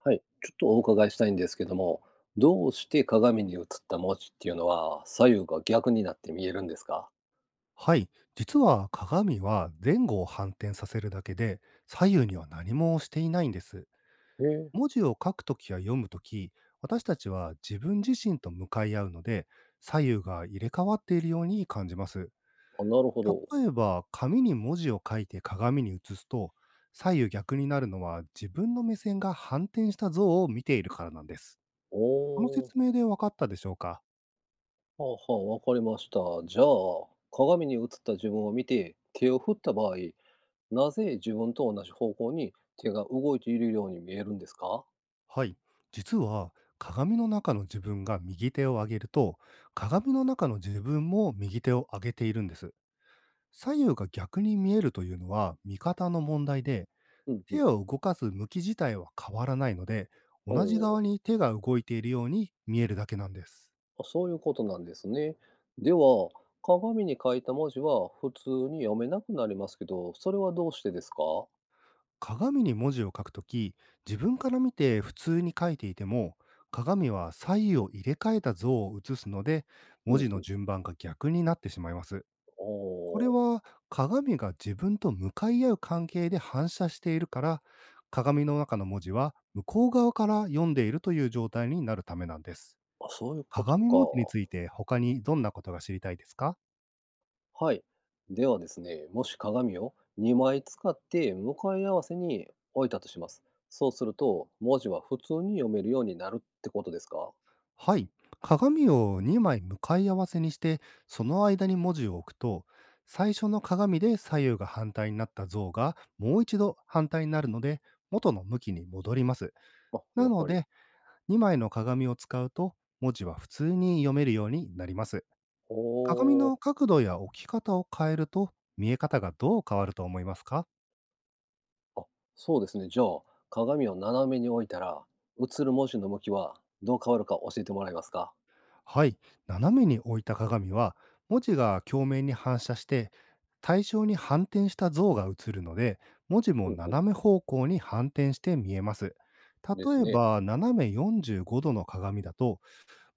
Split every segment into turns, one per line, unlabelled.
はい、ちょっとお伺いしたいんですけども、どうして鏡に映った文字っていうのは左右が逆になって見えるんですか？
はい。実は鏡は前後を反転させるだけで、左右には何もしていないんです。
へえ。
文字を書くときや読むとき、私たちは自分自身と向かい合うので、左右が入れ替わっているように感じます。
あ、なるほど。
例えば、紙に文字を書いて鏡に映すと、左右逆になるのは自分の目線が反転した像を見ているからなんです。この
おー。
説明で分かったでしょうか？
はあはあ、わかりました。じゃあ、鏡に映った自分を見て手を振った場合、なぜ自分と同じ方向に手が動いているように見えるんですか？
はい。実は、鏡の中の自分が右手を上げると、鏡の中の自分も右手を上げているんです。左右が逆に見えるというのは見方の問題で、
うんう
手
ん。
を動かす向き自体は変わらないので、
お
同じ側
お。
に手が動いているように見えるだけなんです。
あ、そういうことなんですね。では、鏡に書いた文字は普通に読めなくなりますけど、それはどうしてですか？
鏡に文字を書くとき、自分から見て普通に書いていても、鏡は左右を入れ替えた像を写すので、
う
文
ん
字
う
の
ん。
順番が逆になってしまいます。
お
これ
お。
は鏡が自分と向かい合う関係で反射しているから、鏡の中の文字は向こう側から読んでいるという状態になるためなんです。
あ、そういうこと
鏡文字につい
か。
て他にどんなことが知りたいですか？
はい。ではですね、もし鏡を2枚使って向かい合わせに置いたとします。そうすると、文字は普通に読めるようになるってことですか？
はい。鏡を2枚向かい合わせにして、その間に文字を置くと、最初の鏡で左右が反対になった像がもう一度反対になるので、元の向きに戻ります。
あ、や
な
っ
の
ぱり。
で、2枚の鏡を使うと、文字は普通に読めるようになります。
お
鏡
お。
の角度や置き方を変えると、見え方がどう変わると思いますか？
あ、そうですね。じゃあ、鏡を斜めに置いたら、映る文字の向きはどう変わるか教えてもらえますか？
はい、斜めに置いた鏡は、文字が鏡面に反射して、対象に反転した像が映るので、文字も
うんうん。
斜め方向に反転して見えます。
です
例え
ね。
ば、斜め45度の鏡だと、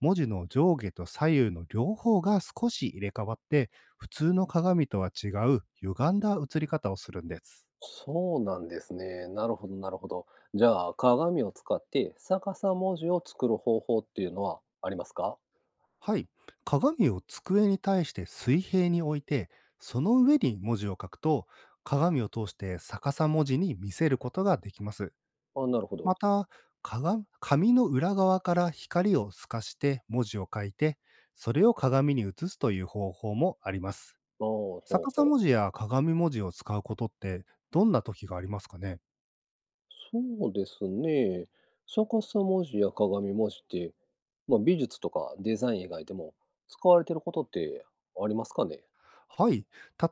文字の上下と左右の両方が少し入れ替わって、普通の鏡とは違う歪んだ映り方をするんです。
そうなんですね。なるほど、なるほど。じゃあ、鏡を使って逆さ文字を作る方法っていうのはありますか？
はい。鏡を机に対して水平に置いて、その上に文字を書くと、鏡を通して逆さ文字に見せることができます。
あ、なるほど。
また、鏡紙の裏側から光を透かして文字を書いて、それを鏡に映すという方法もあります。
ああ、ほ
逆
う
さ
ほ
文字
う。
や鏡文字を使うことって、どんな時がありますかね？
そうですね。逆さ文字や鏡文字って、まあ、美術とかデザイン以外でも使われてることってありますかね？
はい。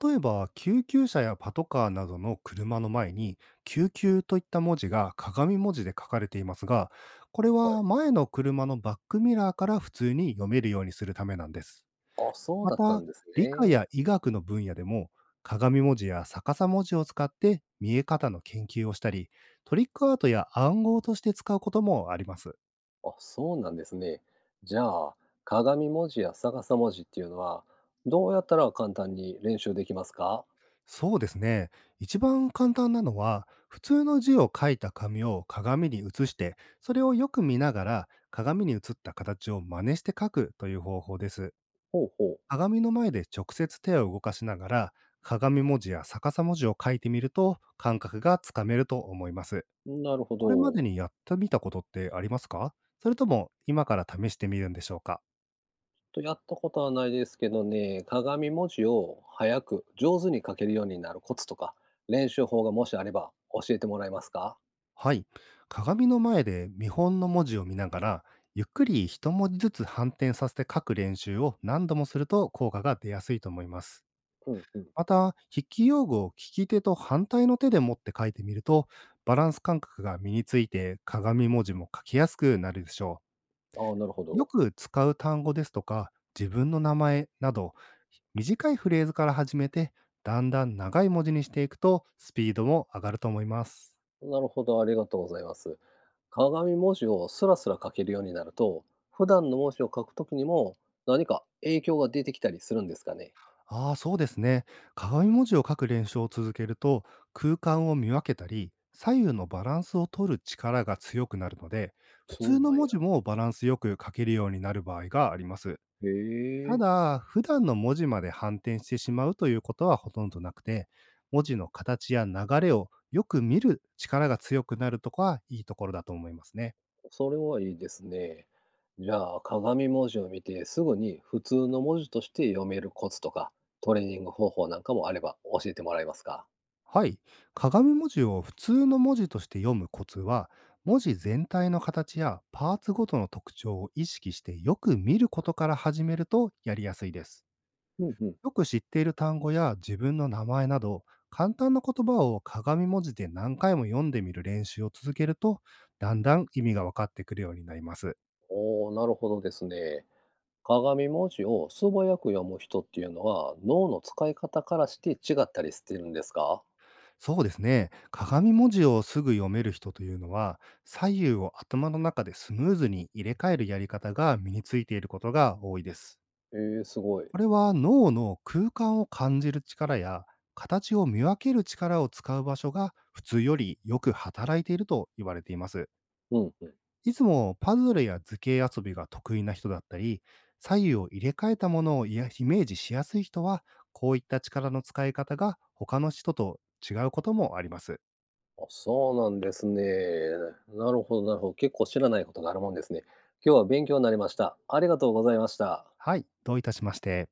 例えば、救急車やパトカーなどの車の前に、救急といった文字が鏡文字で書かれていますが、これ
はい。
は前の車のバックミラーから普通に読めるようにするためなんです。
あ、そう
ま
だった
た、
んです
理科
ね。
や医学の分野でも、鏡文字や逆さ文字を使って見え方の研究をしたり、トリックアートや暗号として使うこともあります。
あ、そうなんですね。じゃあ、鏡文字や逆さ文字っていうのは、どうやったら簡単に練習できますか？
そうですね。一番簡単なのは、普通の字を書いた紙を鏡に映して、それをよく見ながら、鏡に映った形を真似して書くという方法です。
ほうほう。
鏡の前で直接手を動かしながら、鏡文字や逆さ文字を書いてみると、感覚がつかめると思います。
なるほ
これまで
ど。
にやってみたことってありますか？それとも、今から試してみるんでしょうか？
と、やったことはないですけどね、鏡文字を早く上手に書けるようになるコツとか、練習法がもしあれば教えてもらえますか？
はい。鏡の前で見本の文字を見ながら、ゆっくり一文字ずつ反転させて書く練習を何度もすると効果が出やすいと思います。
うんうん。
また、筆記用具を利き手と反対の手で持って書いてみると、バランス感覚が身について鏡文字も書きやすくなるでしょ
ああ、なるほ
う。よ
ど。
く使う単語ですとか、自分の名前など、短いフレーズから始めて、だんだん長い文字にしていくと、スピードも上がると思います。
なるほど、ありがとうございます。鏡文字をスラスラ書けるようになると、普段の文字を書くときにも何か影響が出てきたりするんですかね？
ああ、そうですね。鏡文字を書く練習を続けると、空間を見分けたり、左右のバランスを取る力が強くなるので、普
そ
通
う
の
なん
文
や。
字もバランスよく書けるようになる場合があります。
へ
た
え。
だ、普段の文字まで反転してしまうということはほとんどなくて、文字の形や流れをよく見る力が強くなるとこはいいところだと思いますね。
それはいいですね。じゃあ、鏡文字を見てすぐに普通の文字として読めるコツとか、トレーニング方法なんかもあれば教えてもらえますか？
はい。鏡文字を普通の文字として読むコツは、文字全体の形やパーツごとの特徴を意識してよく見ることから始めるとやりやすいです。
うんうん。
よく知っている単語や自分の名前など、簡単な言葉を鏡文字で何回も読んでみる練習を続けると、だんだん意味が分かってくるようになります。
おー、なるほどですね。鏡文字を素早く読む人っていうのは脳の使い方からして違ったりしてるんですか？
そうですね。鏡文字をすぐ読める人というのは、左右を頭の中でスムーズに入れ替えるやり方が身についていることが多いです。
えー、すごい。
これは脳の空間を感じる力や形を見分ける力を使う場所が普通よりよく働いていると言われています。
うんうん。
いつもパズルや図形遊びが得意な人だったり、左右を入れ替えたものを、いや、イメージしやすい人は、こういった力の使い方が他の人と違うこともあります。
あ、そうなんですね。なるほど、なるほど。結構知らないことがあるもんですね。今日は勉強になりました。ありがとうございました。
はい、どういたしまして。